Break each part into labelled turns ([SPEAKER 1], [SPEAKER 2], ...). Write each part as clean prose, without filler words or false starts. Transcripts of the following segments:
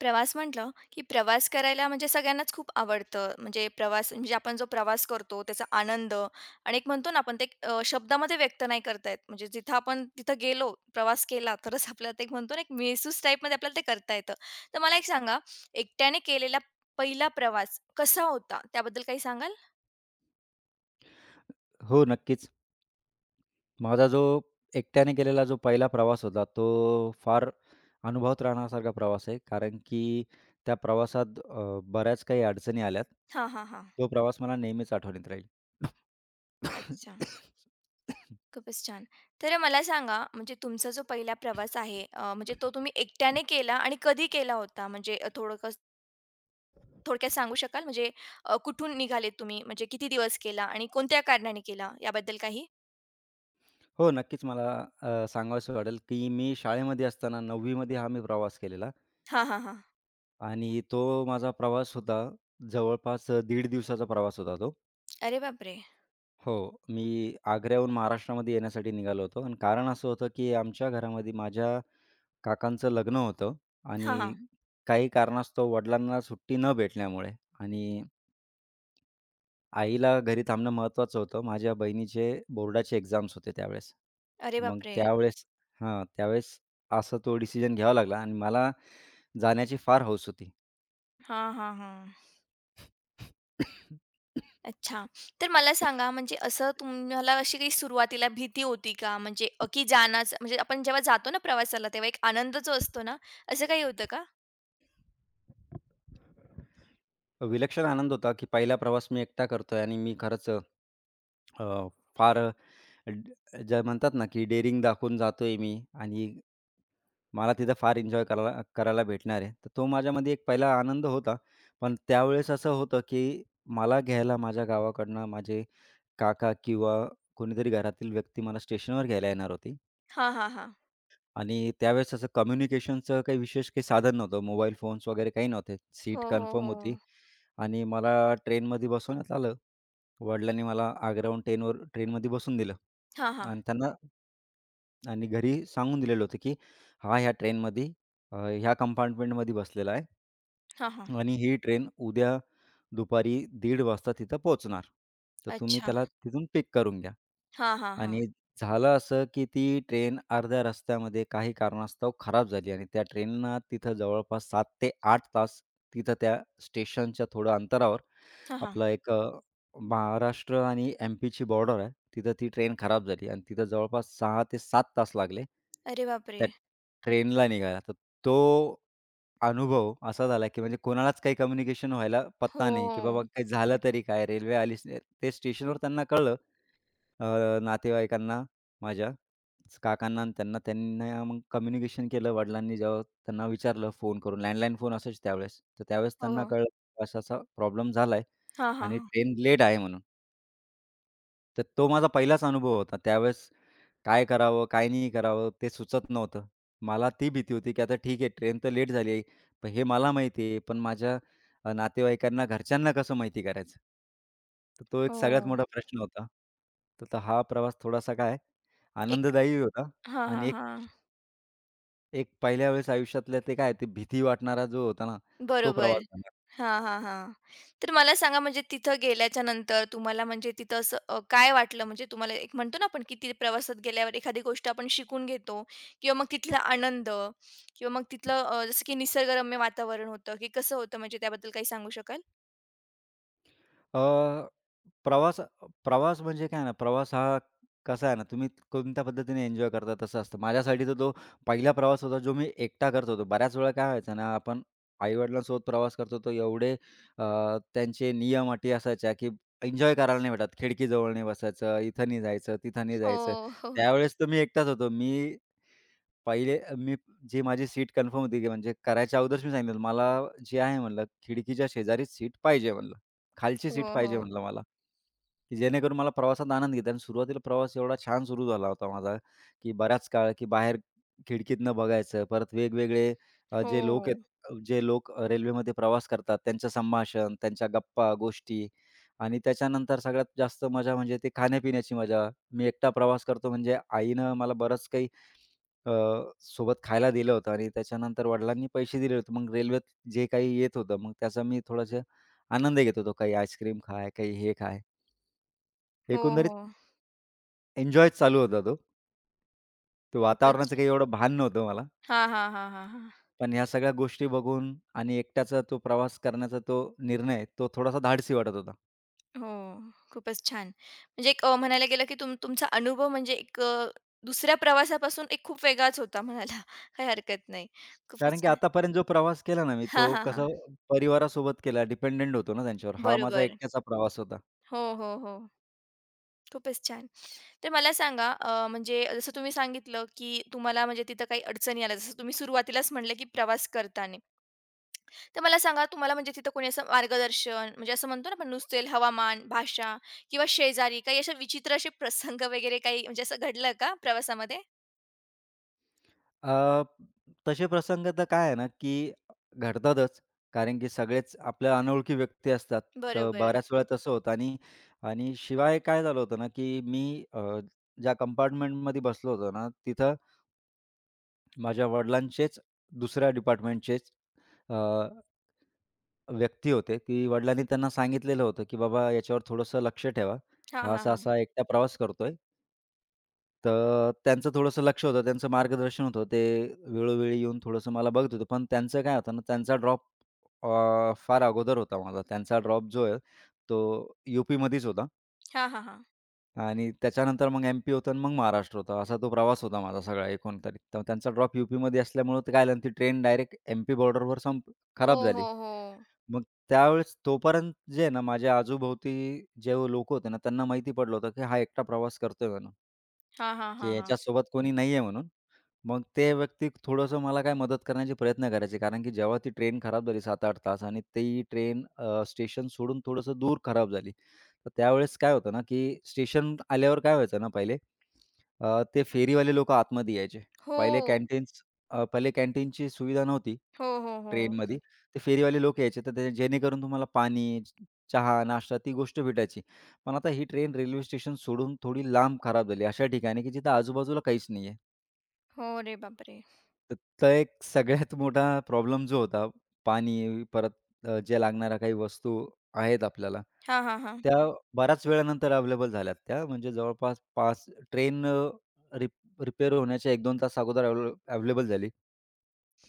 [SPEAKER 1] प्रवास म्हटलं, की प्रवास करायला म्हणजे सगळ्यांनाच खूप आवडतं. म्हणजे प्रवास म्हणजे आपण जो प्रवास करतो त्याचा आनंद आणि एक म्हणतो ना आपण ते एक, शब्दामध्ये व्यक्त नाही करता येत. म्हणजे जिथं आपण तिथं गेलो, प्रवास केला तरच आपल्याला ते एक म्हणतो ना एक महसूस टाईपमध्ये आपल्याला ते करता येतं. तर मला एक सांगा, एकट्याने केलेला पहिला प्रवास कसा होता? त्याबद्दल काही सांगाल?
[SPEAKER 2] हो, नक्कीच. माझा जो एकट्याने केलेला जो पहिला प्रवास होता, तो फार अनुभवात राहण्यासारखा प्रवास आहे. कारण की त्या प्रवासात बऱ्याच काही अडचणी आल्यात.
[SPEAKER 1] हां, हां, हां.
[SPEAKER 2] तो प्रवास मला नेहमीच आठवणीत राहील.
[SPEAKER 1] अच्छा. खूपच छान. तर मला सांगा म्हणजे तुमचा जो पहिला प्रवास आहे म्हणजे तो तुम्ही एकट्याने केला आणि कधी केला होता? म्हणजे थोडं थोडक्यात सांगू शकाल? म्हणजे कुठून निघालेत तुम्ही? म्हणजे किती दिवस केला आणि कोणत्या कारणाने केला याबद्दल काही?
[SPEAKER 2] हो, नक्कीच मला सांगावसं वाटेल, की मी शाळेमध्ये असताना 9वी हा मी प्रवास केलेला
[SPEAKER 1] हां, हां, हां.
[SPEAKER 2] आणि तो माझा प्रवास होता जवळपास दीड दिवसाचा प्रवास होता तो.
[SPEAKER 1] अरे बापरे!
[SPEAKER 2] हो. मी आग्र्याहून महाराष्ट्रामध्ये येण्यासाठी निघालो होतो आणि कारण असं होतं, की आमच्या घरामध्ये माझ्या काकांचं लग्न होतं
[SPEAKER 1] हां,
[SPEAKER 2] आणि
[SPEAKER 1] हां.
[SPEAKER 2] काही कारणास्तव वडिलांना सुट्टी न भेटल्यामुळे आणि आईला घरी थांबणं महत्त्वाचं होतं. माझ्या बहिणीचे बोर्डाचे एक्झाम्स होते त्यावेळेस.
[SPEAKER 1] अरे
[SPEAKER 2] मग
[SPEAKER 1] बापरे!
[SPEAKER 2] त्यावेळेस त्यावेळेस असा तो डिसिजन घ्यावा लागला आणि मला जाण्याची फार हौस होती.
[SPEAKER 1] हां, हां, हां. अच्छा. तर मला सांगा म्हणजे असं तुम्हाला अशी काही सुरुवातीला भीती होती का? म्हणजे की जाण्याचं म्हणजे आपण जेव्हा जातो ना प्रवासाला तेव्हा एक आनंद जो असतो ना, असं काही होतं का?
[SPEAKER 2] विलक्षण आनंद होता, की पहिला प्रवास मी एकटा करतोय आणि मी खरंच फार जे म्हणतात ना, की डेअरिंग दाखवून जातोय मी आणि मला तिथं फार एन्जॉय करायला करायला भेटणार आहे. तर तो माझ्यामध्ये एक पहिला आनंद होता. पण त्यावेळेस असं होतं, की मला घ्यायला माझ्या गावाकडनं माझे काका किंवा कोणीतरी घरातील व्यक्ती मला स्टेशनवर घ्यायला येणार होती.
[SPEAKER 1] हां, हां, हां.
[SPEAKER 2] आणि त्यावेळेस असं कम्युनिकेशनचं काही विशेष काही साधन नव्हतं. मोबाईल फोन्स वगैरे काही नव्हते. सीट
[SPEAKER 1] हो, हो,
[SPEAKER 2] कन्फर्म
[SPEAKER 1] हो.
[SPEAKER 2] होती आणि मला ट्रेनमध्ये बसवण्यात आलं. वडिलांनी मला आग्राहून ट्रेनमध्ये बसवून दिलं
[SPEAKER 1] हां, हां.
[SPEAKER 2] आणि त्यांना आणि घरी सांगून दिलेलं होतं, की हा ह्या ट्रेनमध्ये ह्या कंपार्टमेंटमध्ये बसलेला आहे.
[SPEAKER 1] हां, हां.
[SPEAKER 2] आणि ही ट्रेन उद्या दुपारी दीड वाजता तिथं पोहोचणार. तर तुम्ही
[SPEAKER 1] अच्छा.
[SPEAKER 2] त्याला तिथून पिक करून घ्या.
[SPEAKER 1] हां, हां, हां.
[SPEAKER 2] आणि झालं असं, की ती ट्रेन अर्ध्या रस्त्यामध्ये काही कारणास्तव खराब झाली आणि त्या ट्रेनना तिथं जवळपास 7 ते 8 तास तिथं त्या स्टेशनच्या थोडं अंतरावर
[SPEAKER 1] हां, हां.
[SPEAKER 2] आपलं एक महाराष्ट्र आणि एम-पीची बॉर्डर आहे. तिथं ती ट्रेन खराब झाली आणि तिथं जवळपास 6 ते 7 तास लागले
[SPEAKER 1] अरे बापरे!
[SPEAKER 2] त्या ट्रेनला निघायला. तर तो अनुभव असा झाला, की म्हणजे कोणालाच काही कम्युनिकेशन व्हायला
[SPEAKER 1] हो.
[SPEAKER 2] पत्ता नाही, की बाबा काही झालं तरी काय? रेल्वे आलीच नाही. ते स्टेशनवर त्यांना कळलं नातेवाईकांना माझ्या काकांना आणि त्यांना. त्यांना मग कम्युनिकेशन केलं. वडिलांनी जेव्हा त्यांना विचारलं फोन करून, लँडलाईन फोन असायचे त्यावेळेस. तर त्यावेळेस
[SPEAKER 1] हो,
[SPEAKER 2] त्यांना
[SPEAKER 1] हो.
[SPEAKER 2] कळलं, असा-असा प्रॉब्लेम झालाय
[SPEAKER 1] हां, हां,
[SPEAKER 2] आणि
[SPEAKER 1] हां.
[SPEAKER 2] ट्रेन लेट आहे म्हणून. तर तो माझा पहिलाच अनुभव होता. त्यावेळेस काय करावं, काय नाही करावं ते सुचत नव्हतं. मला ती भीती होती, की आता ठीक आहे ट्रेन तर लेट झाली आहे. पण हे मला माहिती आहे, पण माझ्या नातेवाईकांना, घरच्यांना कसं माहिती करायचं? तर तो एक सगळ्यात
[SPEAKER 1] हो.
[SPEAKER 2] मोठा प्रश्न होता. तर तो हा प्रवास थोडासा काय आनंददायी होता
[SPEAKER 1] हां,
[SPEAKER 2] आणि
[SPEAKER 1] हां,
[SPEAKER 2] एक
[SPEAKER 1] हां.
[SPEAKER 2] एक पहिल्या वेळेस आयुष्यातल्या ते काय ते भीती वाटणारा जो होता ना, तो
[SPEAKER 1] बरोबर.
[SPEAKER 2] प्रवास झाला.
[SPEAKER 1] हां, हां, हां. तर मला सांगा म्हणजे तिथं गेल्याच्या नंतर तुम्हाला म्हणजे तिथं असं काय वाटलं? म्हणजे तुम्हाला एक म्हणतो ना आपण किती प्रवासात गेल्यावर एखादी गोष्ट आपण शिकून घेतो किंवा मग तिथला आनंद किंवा मग तिथलं जसं की निसर्गरम्य वातावरण होतं, की कसं होतं म्हणजे त्याबद्दल काही सांगू शकाल?
[SPEAKER 2] अ, प्रवास प्रवास म्हणजे काय ना, प्रवास हा कसा आहे ना, तुम्ही कोणत्या पद्धतीने एन्जॉय करता तसं असतं. माझ्यासाठी तर तो पहिला प्रवास होता जो मी एकटा करत होतो. बऱ्याच वेळा काय व्हायचं ना, आपण आई-वडिलांसोबत प्रवास करतो तर एवढे त्यांचे नियम अटी असायच्या, की एन्जॉय करायला नाही भेटत. खिडकीजवळ नाही बसायचं, इथं नाही जायचं, तिथं नाही जायचं.
[SPEAKER 1] हो, हो.
[SPEAKER 2] त्यावेळेस तर मी एकटाच होतो. मी जी माझी सीट कन्फर्म होती, की म्हणजे करायच्या अगोदरच मी सांगितलं, "मला जे आहे म्हणलं खिडकीच्या शेजारीच सीट पाहिजे" म्हणलं. खालची
[SPEAKER 1] हो,
[SPEAKER 2] सीट
[SPEAKER 1] हो.
[SPEAKER 2] पाहिजे म्हटलं मला. की जेणेकरून मला प्रवासात आनंद घेता आणि सुरुवातीला प्रवास एवढा छान सुरू झाला होता माझा, की बराच काळ की बाहेर खिडकीतनं बघायचं. परत वेगवेगळे अ,
[SPEAKER 1] हो.
[SPEAKER 2] जे लोक आहेत, अ, जे लोक रेल्वेमध्ये प्रवास करतात, त्यांचं संभाषण, त्यांच्या गप्पा, गोष्टी आणि त्याच्यानंतर सगळ्यात जास्त मजा म्हणजे ते खाण्यापिण्याची मजा. मी एकटा प्रवास करतो म्हणजे आईनं मला बरंच काही अ, सोबत खायला दिलं होतं आणि त्याच्यानंतर वडिलांनी पैसे दिले होते. मग रेल्वेत जे काही येत होतं, मग त्याचा मी थोडासा आनंद घेत होतो. काही आईस्क्रीम खा, काही हे खा.
[SPEAKER 1] हो, हो.
[SPEAKER 2] एकंदरीत एन्जॉय चालू होता तो. ते
[SPEAKER 1] खूपच.
[SPEAKER 2] वातावरणाचं काही एवढं भान नव्हतं मला.
[SPEAKER 1] हां, हां, हां, हां, हां.
[SPEAKER 2] पण ह्या सगळ्या गोष्टी बघून आणि एकट्याचा तो प्रवास करण्याचा तो निर्णय, तो थोडासा धाडसी वाटत होता.
[SPEAKER 1] हो, खूपच छान. म्हणजे एक म्हणायला गेलं की तुमचा अनुभव म्हणजे एक दुसऱ्या प्रवासापासून एक खूप वेगळाच होता म्हणायला काही हरकत नाही. खूपच
[SPEAKER 2] कारण की
[SPEAKER 1] छान.
[SPEAKER 2] आतापर्यंत जो प्रवास केला ना मी, तो
[SPEAKER 1] हां, हां, हां.
[SPEAKER 2] कसा परिवारासोबत केला, डिपेंडंट होतो ना त्यांच्यावर. हा माझा
[SPEAKER 1] बरोबर.
[SPEAKER 2] एकट्याचा प्रवास होता.
[SPEAKER 1] हो, हो, हो. खूपच छान. तर मला सांगा म्हणजे जसं तुम्ही सांगितलं की तुम्हाला म्हणजे तिथं काही अडचणी आल्या, जसं तुम्ही सुरुवातीलाच म्हटलं की प्रवास करताना. तर मला सांगा तुम्हाला म्हणजे तिथं कोणी असं मार्गदर्शन म्हणजे असं म्हणतो ना आपण नुसते हवामान, भाषा किंवा शेजारी काही असे विचित्र असे प्रसंग वगैरे काही म्हणजे असं घडलं का प्रवासामध्ये?
[SPEAKER 2] अ, तसे प्रसंग तर काय आहे ना, की घडतातच. कारण की सगळेच आपल्या अनोळखी व्यक्ती असतात. तर
[SPEAKER 1] बरोबर.
[SPEAKER 2] बऱ्याच वेळा तसं होतं आणि आणि शिवाय काय झालं होतं ना, की मी ज्या कंपार्टमेंटमध्ये बसलो होतो ना, तिथं माझ्या वडिलांचेच दुसऱ्या डिपार्टमेंटचेच अ, व्यक्ती होते, की वडिलांनी त्यांना सांगितलेलं होतं, की "बाबा याच्यावर थोडंसं लक्ष ठेवा.
[SPEAKER 1] हां,
[SPEAKER 2] हा
[SPEAKER 1] हां, हां.
[SPEAKER 2] असा-असा एकटा प्रवास करतोय तर त्यांचं थोडंसं लक्ष होतं, त्यांचं मार्गदर्शन होतं." ते वेळोवेळी येऊन थोडंसं मला बघत होते. पण त्यांचं काय होतं ना, त्यांचा ड्रॉप फार अगोदर होता माझा. त्यांचा ड्रॉप जो आहे तो यू-पीमध्येच होता
[SPEAKER 1] हां, हां, हां.
[SPEAKER 2] आणि त्याच्यानंतर मग एम-पी होतं आणि मग महाराष्ट्र होता. असा तो प्रवास होता माझा सगळा एकंदरीत. तर त्यांचा ड्रॉप यू-पीमध्ये असल्यामुळं ते काय झालं ती ट्रेन डायरेक्ट एम-पी बॉर्डरवर
[SPEAKER 1] हो,
[SPEAKER 2] खराब
[SPEAKER 1] हो,
[SPEAKER 2] झाली.
[SPEAKER 1] हो.
[SPEAKER 2] मग त्यावेळेस तोपर्यंत जे आहे ना, माझ्या आजूभोवती जे लोकं होते ना, त्यांना माहिती पडलं होतं की हा एकटा प्रवास करतोय म्हणून.
[SPEAKER 1] हां, हां, हां,
[SPEAKER 2] की
[SPEAKER 1] हां.
[SPEAKER 2] याच्यासोबत कोणी नाहीये म्हणून. मग ते व्यक्ती थोडंसं मला काय मदत करण्याचे प्रयत्न करायचे. कारण की जेव्हा ती ट्रेन खराब झाली 7-8 तास आणि ती ट्रेन स्टेशन सोडून थोडंसं दूर खराब झाली. तर त्यावेळेस काय होतं ना, की स्टेशन आल्यावर काय व्हायचं ना पहिले ते फेरीवाले लोकं आतमध्ये यायचे.
[SPEAKER 1] हो.
[SPEAKER 2] पहिले कॅन्टीन्स पहिले कॅन्टीनची सुविधा नव्हती
[SPEAKER 1] हो, हो, हो.
[SPEAKER 2] ट्रेनमध्ये. ते फेरीवाले लोक यायचे, तर ते जेणेकरून तुम्हाला पाणी, चहा, नाश्ता ती गोष्ट भेटायची. पण आता ही ट्रेन रेल्वे स्टेशन सोडून थोडी लांब खराब झाली, अशा ठिकाणी की जिथं आजूबाजूला काहीच नाहीये.
[SPEAKER 1] हो, अरे बापरे!
[SPEAKER 2] तर तो एक सगळ्यात मोठा प्रॉब्लेम जो होता, पाणी परत ज्या लागणाऱ्या काही वस्तू आहेत आपल्याला,
[SPEAKER 1] हां, हां, हां.
[SPEAKER 2] त्या बऱ्याच वेळानंतर अवेलेबल झाल्यात त्या. म्हणजे जवळपास 5 ट्रेन अ, रिप रिपेअर होण्याच्या 1-2 तास अगोदर अवेलेबल झाली.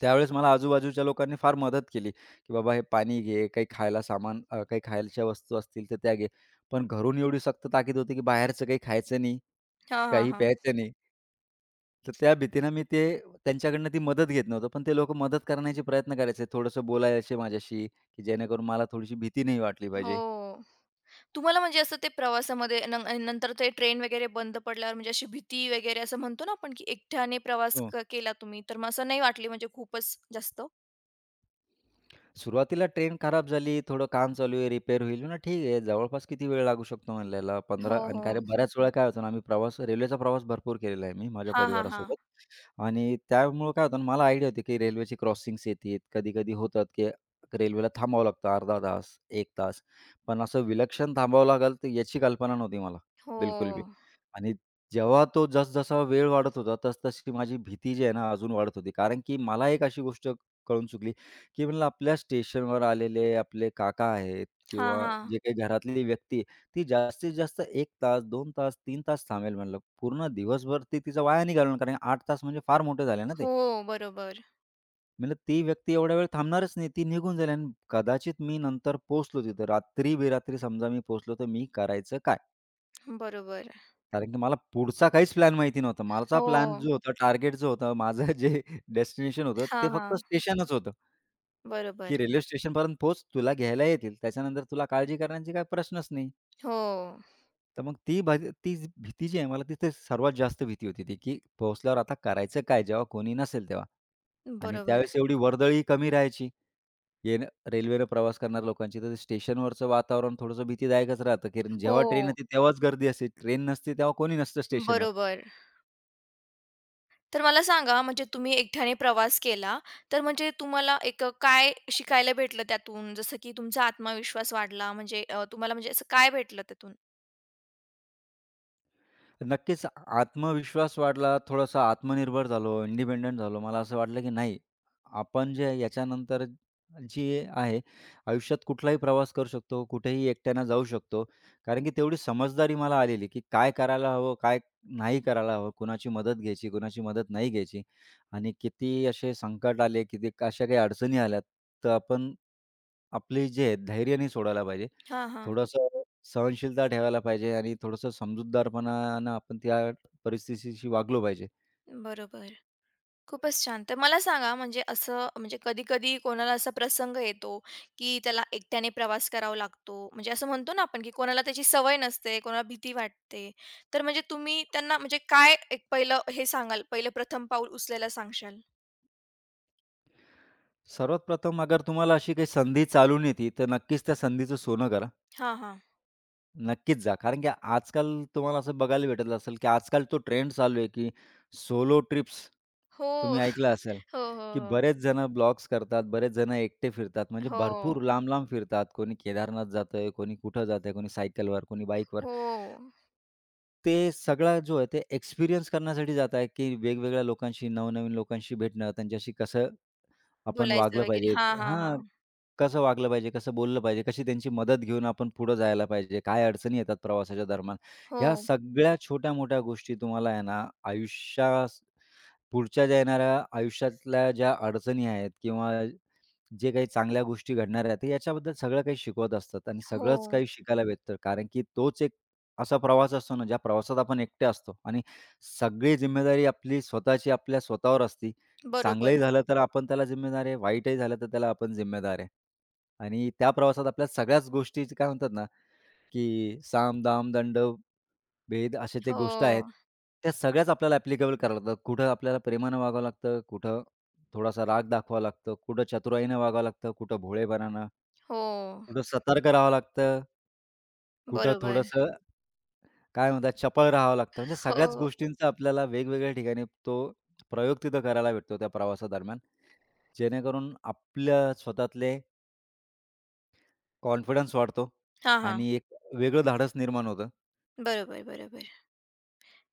[SPEAKER 2] त्यावेळेस मला आजूबाजूच्या लोकांनी फार मदत केली, की "बाबा हे पाणी घे, काही खायला सामान काही खायच्या वस्तू असतील तर त्या घे." पण घरून एवढी सक्त ताकीद होती, की बाहेरचं काही खायचं नाही.
[SPEAKER 1] हां, हां,
[SPEAKER 2] काही
[SPEAKER 1] हां.
[SPEAKER 2] प्यायचं नाही. तर त्या भीतीनं मी त्यांच्याकडनं ती मदत घेत नव्हतो. पण ते लोकं मदत करण्याचे प्रयत्न करायचे. थोडंसं बोलायचे माझ्याशी, की जेणेकरून मला थोडीशी भीती नाही वाटली
[SPEAKER 1] हो.
[SPEAKER 2] पाहिजे.
[SPEAKER 1] तुम्हाला म्हणजे असं ते प्रवासामध्ये नंतर ते ट्रेन वगैरे बंद पडल्यावर म्हणजे अशी भीती वगैरे असं म्हणतो ना आपण, की एकट्याने प्रवास
[SPEAKER 2] हो.
[SPEAKER 1] केला तुम्ही, तर मग असं नाही वाटली म्हणजे खूपच जास्त?
[SPEAKER 2] सुरुवातीला ट्रेन खराब झाली, थोडं काम चालू आहे, रिपेअर होईल ना ठीक आहे. जवळपास किती वेळ लागू शकतो म्हणलं याला
[SPEAKER 1] हो,
[SPEAKER 2] 15 आणि
[SPEAKER 1] हो.
[SPEAKER 2] काय रे बऱ्याच वेळा काय होतं ना, आम्ही प्रवास रेल्वेचा प्रवास भरपूर केलेला आहे मी माझ्या
[SPEAKER 1] हां, हां, हां.
[SPEAKER 2] परिवारासोबत आणि त्यामुळं काय होतं ना, मला आयडिया होती की रेल्वेची क्रॉसिंग्स येतात. कधी-कधी होतात की रेल्वेला थांबावं लागतं अर्धा तास, 1 तास. पण असं विलक्षण थांबावं लागेल तर याची कल्पना नव्हती मला बिलकुल बी.
[SPEAKER 1] हो.
[SPEAKER 2] आणि जेव्हा तो जसजसा वेळ वाढत होता, तसतशी माझी भीती जी आहे ना, अजून वाढत होती. कारण की मला एक अशी गोष्ट कळून चुकली की म्हणलं आपल्या स्टेशनवर आलेले आपले काका आहेत
[SPEAKER 1] हां,
[SPEAKER 2] किंवा
[SPEAKER 1] हां.
[SPEAKER 2] जे काही घरातली व्यक्ती आहे, ती जास्तीत जास्त एक तास, 2 तास, 3 तास थांबेल म्हणलं. पूर्ण दिवसभर ती तिचा वाया नाही घालवणार कारण 8 तास म्हणजे फार मोठे झाले ना ते.
[SPEAKER 1] हो, बरोबर.
[SPEAKER 2] म्हणलं ती व्यक्ती एवढा वेळ थांबणारच नाही. ती निघून जाईल आणि कदाचित मी नंतर पोहोचलो तिथं रात्री-बेरात्री समजा मी पोहोचलो तर मी करायचं काय?
[SPEAKER 1] बरोबर.
[SPEAKER 2] कारण की मला पुढचा काहीच प्लॅन माहिती नव्हता. माझा प्लॅन
[SPEAKER 1] हो.
[SPEAKER 2] जो होता, टार्गेट जो होता, माझं जे डेस्टिनेशन होतं ते
[SPEAKER 1] हां,
[SPEAKER 2] फक्त
[SPEAKER 1] हां.
[SPEAKER 2] स्टेशनच होतं.
[SPEAKER 1] बरोबर.
[SPEAKER 2] की रेल्वे स्टेशनपर्यंत पोहोच, तुला घ्यायला येतील. त्याच्यानंतर तुला काळजी करण्याची काही प्रश्नच नाही.
[SPEAKER 1] हो.
[SPEAKER 2] तर मग ती जी भीती जी आहे मला तिथे सर्वात जास्त भीती होती ती, की पोहोचल्यावर आता करायचं काय जेव्हा कोणी नसेल तेव्हा. आणि
[SPEAKER 1] बरोबर.
[SPEAKER 2] त्यावेळेस एवढी वर्दळी कमी राहायची. येणं रेल्वेनं प्रवास करणाऱ्या लोकांची, तर ते स्टेशनवरचं वातावरण थोडंसं भीतीदायकच राहतं, कारण जेव्हा ट्रेन
[SPEAKER 1] हो,
[SPEAKER 2] येते तेव्हाच गर्दी असते. ट्रेन नसते तेव्हा कोणी नसतं स्टेशनवर.
[SPEAKER 1] बरोबर. तर मला सांगा म्हणजे तुम्ही एकट्याने प्रवास केला, तर म्हणजे तुम्हाला एक काय शिकायला भेटलं त्यातून? जसं की तुमचा आत्मविश्वास वाढला म्हणजे तुम्हाला म्हणजे असं काय भेटलं त्यातून?
[SPEAKER 2] नक्कीच आत्मविश्वास वाढला, थोडासा आत्मनिर्भर झालो, इंडिपेंडंट झालो. मला असं वाटलं, की नाही, आपण जे याच्यानंतर जे आहे, आयुष्यात कुठलाही प्रवास करू शकतो, कुठेही एकट्यानं जाऊ शकतो. कारण की तेवढी समजदारी मला आलेली, की काय करायला हवं, काय नाही करायला हवं, कुणाची मदत घ्यायची, कुणाची मदत नाही घ्यायची. आणि किती असे संकट आले, किती अशा काही अडचणी आल्या, तर आपण आपली जे धैर्य नाही सोडायला पाहिजे.
[SPEAKER 1] हां, हां.
[SPEAKER 2] थोडंसं सहनशीलता ठेवायला पाहिजे आणि थोडंसं समजूतदारपणानं आपण त्या परिस्थितीशी वागलो पाहिजे.
[SPEAKER 1] बरोबर. खूपच छान. तर मला सांगा म्हणजे असं म्हणजे कधी-कधी कोणाला असा प्रसंग येतो, की त्याला एकट्याने प्रवास करावा लागतो. म्हणजे असं म्हणतो ना आपण, की कोणाला त्याची सवय नसते, कोणाला भीती वाटते. तर म्हणजे तुम्ही त्यांना म्हणजे काय एक पहिलं हे सांगाल, पहिलं प्रथम पाऊल उचलायला सांगशाल?
[SPEAKER 2] सर्वात प्रथम अगर तुम्हाला अशी काही संधी चालून येते, तर नक्कीच त्या संधीचं सोनं करा.
[SPEAKER 1] हां, हां.
[SPEAKER 2] नक्कीच जा. कारण की आजकाल तुम्हाला असं बघायला भेटत असेल, की आजकाल तो ट्रेंड चालू आहे, की सोलो ट्रिप्स.
[SPEAKER 1] हो.
[SPEAKER 2] तुम्ही ऐकलं असेल,
[SPEAKER 1] हो,
[SPEAKER 2] की
[SPEAKER 1] हो,
[SPEAKER 2] बरेच जण ब्लॉग्स करतात, बरेच जण एकटे फिरतात. म्हणजे
[SPEAKER 1] हो.
[SPEAKER 2] भरपूर लांब-लांब फिरतात. कोणी केदारनाथ जातंय, कोणी कुठं जातंय, कोणी सायकलवर, कोणी बाईकवर.
[SPEAKER 1] हो, हो.
[SPEAKER 2] ते सगळा जो आहे ते एक्सपिरियन्स करण्यासाठी जात आहे, की वेगवेगळ्या लोकांशी, नवनवीन लोकांशी भेटणं, त्यांच्याशी कसं आपण
[SPEAKER 1] बोलायचं
[SPEAKER 2] वागलं
[SPEAKER 1] वगैरे.
[SPEAKER 2] पाहिजे,
[SPEAKER 1] हां, हां,
[SPEAKER 2] हां,
[SPEAKER 1] हां.
[SPEAKER 2] कसं वागलं पाहिजे, कसं बोललं पाहिजे, कशी त्यांची मदत घेऊन आपण पुढं जायला पाहिजे, काय अडचणी येतात प्रवासाच्या दरम्यान.
[SPEAKER 1] हो,
[SPEAKER 2] ह्या सगळ्या छोट्या-मोठ्या गोष्टी तुम्हाला आहे ना, आयुष्यास पुढच्या ज्या येणाऱ्या आयुष्यातल्या ज्या अडचणी आहेत किंवा जे काही चांगल्या गोष्टी घडणार आहेत, याच्याबद्दल सगळं काही शिकवत असतात आणि
[SPEAKER 1] हो.
[SPEAKER 2] सगळंच काही शिकायला भेटतं. कारण की तोच एक असा प्रवास असतो ना, ज्या प्रवासात आपण एकटे असतो आणि सगळी जिम्मेदारी आपली स्वतःची आपल्या स्वतःवर असती.
[SPEAKER 1] बरोबर.
[SPEAKER 2] चांगलंही झालं तर आपण त्याला जिम्मेदार आहे, वाईटही झालं तर त्याला आपण जिम्मेदार आहे. आणि त्या प्रवासात आपल्या सगळ्याच गोष्टी काय म्हणतात ना, की साम, दाम, दंड भेद अशा ज्या
[SPEAKER 1] हो,
[SPEAKER 2] गोष्ट आहेत, त्या सगळ्याच आपल्याला ॲप्लिकेबल कराव्या लागतात. कुठं आपल्याला प्रेमानं वागावं लागतं, कुठं थोडासा राग दाखवावा लागतो, कुठं चतुराईनं वागावं लागतं, कुठं भोळेपणानं,
[SPEAKER 1] हो.
[SPEAKER 2] कुठं सतर्क राहावं लागतं, कुठं
[SPEAKER 1] बरोबर.
[SPEAKER 2] थोडंसं काय म्हणतात चपळ राहावं लागतं. म्हणजे सगळ्याच
[SPEAKER 1] हो.
[SPEAKER 2] गोष्टींचा आपल्याला वेगवेगळ्या ठिकाणी तो प्रयोग तिथं करायला भेटतो त्या प्रवासादरम्यान. जेणेकरून आपल्या स्वतःतले कॉन्फिडन्स वाढतो
[SPEAKER 1] हां, हां.
[SPEAKER 2] आणि एक वेगळं धाडस निर्माण होतं.
[SPEAKER 1] बरोबर, बरोबर.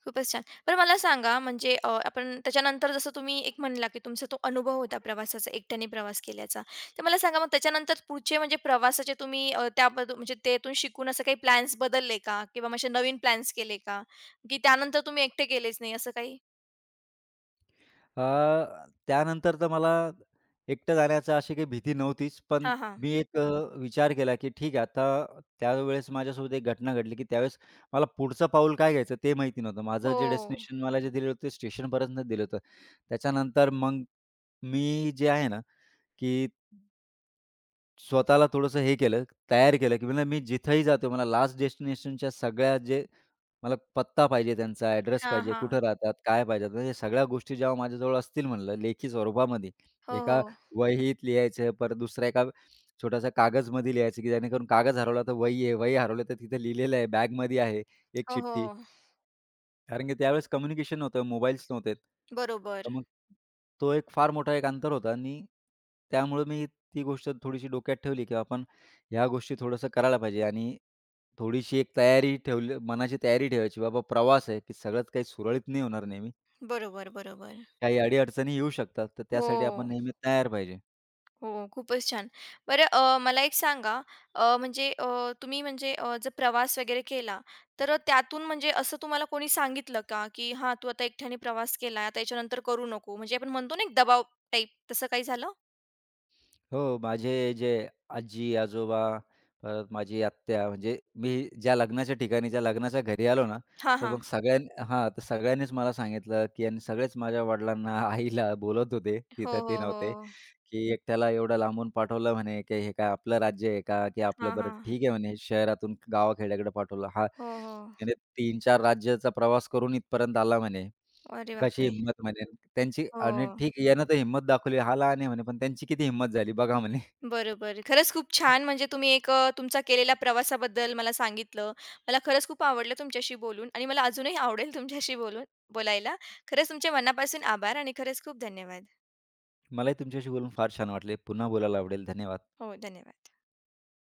[SPEAKER 1] खूपच छान. बरं मला सांगा म्हणजे आपण त्याच्यानंतर जसं तुम्ही एक म्हणला, की तुमचा तो अनुभव होता प्रवासाचा, एकट्याने प्रवास केल्याचा. तर मला सांगा मग त्याच्यानंतर पुढचे म्हणजे प्रवासाचे तुम्ही त्याबद्दल म्हणजे त्यातून शिकून असे काही प्लॅन्स बदलले का? किंवा मग नवीन प्लॅन्स केले का? की त्यानंतर तुम्ही एकटे गेलेच नाही असं काही?
[SPEAKER 2] अ, त्यानंतर तर मला एकटं जाण्याची अशी काही भीती नव्हतीच. पण
[SPEAKER 1] हां, हां.
[SPEAKER 2] मी एक विचार केला, की ठीक आहे आता त्यावेळेस माझ्यासोबत एक घटना घडली, की त्यावेळेस मला पुढचं पाऊल काय घ्यायचं ते माहिती नव्हतं. माझं
[SPEAKER 1] हो.
[SPEAKER 2] जे डेस्टिनेशन मला जे दिलं होतं ते स्टेशनपर्यंत दिलं होतं. त्याच्यानंतर मग मी जे आहे ना, की स्वतःला थोडंसं हे केलं, तयार केलं, की म्हणलं मी जिथेही जातो मला लास्ट डेस्टिनेशनच्या सगळ्या जे मला पत्ता पाहिजे त्यांचा, ॲड्रेस
[SPEAKER 1] हां,
[SPEAKER 2] पाहिजे,
[SPEAKER 1] हां.
[SPEAKER 2] कुठं राहतात, काय पाहिजे, म्हणजे सगळ्या गोष्टी जेव्हा माझ्याजवळ असतील म्हणलं लेखी स्वरूपामध्ये,
[SPEAKER 1] हो,
[SPEAKER 2] एका
[SPEAKER 1] हो.
[SPEAKER 2] वहीत लिहायचं, परत दुसऱ्या एका छोट्याशा कागजमध्ये लिहायचं, की जेणेकरून कागज हरवला तर वही आहे, वही हरवली तर तिथे लिहिलेलं आहे, बॅगमध्ये आहे एक
[SPEAKER 1] हो,
[SPEAKER 2] चिठ्ठी.
[SPEAKER 1] हो.
[SPEAKER 2] कारण की त्यावेळेस कम्युनिकेशन नव्हतं, मोबाईल्स नव्हते. तर
[SPEAKER 1] बरोबर.
[SPEAKER 2] मग तो एक फार मोठा एक अंतर होता आणि त्यामुळे मी ती गोष्ट थोडीशी डोक्यात ठेवली, की आपण ह्या गोष्टी थोडंसं करायला पाहिजे आणि थोडीशी एक तयारी ठेवली मनाची तयारी ठेवायची. बाबा प्रवास आहे, की सगळंच काही सुरळीत नाही होणार नेहमी.
[SPEAKER 1] बरोबर, बरोबर.
[SPEAKER 2] काही अडी-अडचणी येऊ शकतात. तर
[SPEAKER 1] हो,
[SPEAKER 2] त्यासाठी आपण नेहमी तयार पाहिजे.
[SPEAKER 1] हो. खूपच छान. बरं मला एक सांगा म्हणजे तुम्ही म्हणजे जर प्रवास वगैरे केला, तर त्यातून म्हणजे असं तुम्हाला कोणी सांगितलं का, की "हां, तू आता एकट्याने प्रवास केला, आता याच्यानंतर करू नको." म्हणजे आपण म्हणतो ना एक दबाव टाइप, तसं काही झालं?
[SPEAKER 2] हो, माझे जे आजी-आजोबा, परत माझी आत्या, म्हणजे मी ज्या लग्नाच्या ठिकाणी, ज्या लग्नाच्या घरी आलो ना,
[SPEAKER 1] हां,
[SPEAKER 2] तर
[SPEAKER 1] हां.
[SPEAKER 2] मग सगळ्यां तर सगळ्यांनीच मला सांगितलं, की आणि सगळेच माझ्या वडिलांना, आईला बोलत होते,
[SPEAKER 1] हो,
[SPEAKER 2] तिथं
[SPEAKER 1] हो,
[SPEAKER 2] ते
[SPEAKER 1] हो.
[SPEAKER 2] नव्हते, की "एकट्याला एवढं लांबून पाठवलं," म्हणे, "की हे काय आपलं राज्य आहे का? की आपलं
[SPEAKER 1] हां,
[SPEAKER 2] बरं
[SPEAKER 1] हां.
[SPEAKER 2] ठीक आहे," म्हणे, "शहरातून गावाखेड्याकडे पाठवलं." हा,
[SPEAKER 1] हो, हो.
[SPEAKER 2] त्याने 3-4 राज्याचा प्रवास करून इथपर्यंत आला म्हणे.
[SPEAKER 1] अरे
[SPEAKER 2] कशी
[SPEAKER 1] बापरे!
[SPEAKER 2] हिंमत म्हणे त्यांची
[SPEAKER 1] हो.
[SPEAKER 2] आणि ठीक आहे यानं तर हिंमत दाखवली, हा लहान आहे म्हणे, पण त्यांची किती हिंमत झाली बघा म्हणे.
[SPEAKER 1] बरोबर. खरंच खूप छान म्हणजे तुम्ही एक तुमचा केलेला प्रवासाबद्दल मला सांगितलं. मला खरंच खूप आवडलं तुमच्याशी बोलून आणि मला अजूनही आवडेल तुमच्याशी बोलून बोलायला. खरंच तुमच्या मनापासून आभार आणि खरंच खूप धन्यवाद.
[SPEAKER 2] मलाही तुमच्याशी बोलून फार छान वाटले. पुन्हा बोलायला आवडेल. धन्यवाद.
[SPEAKER 1] हो, धन्यवाद.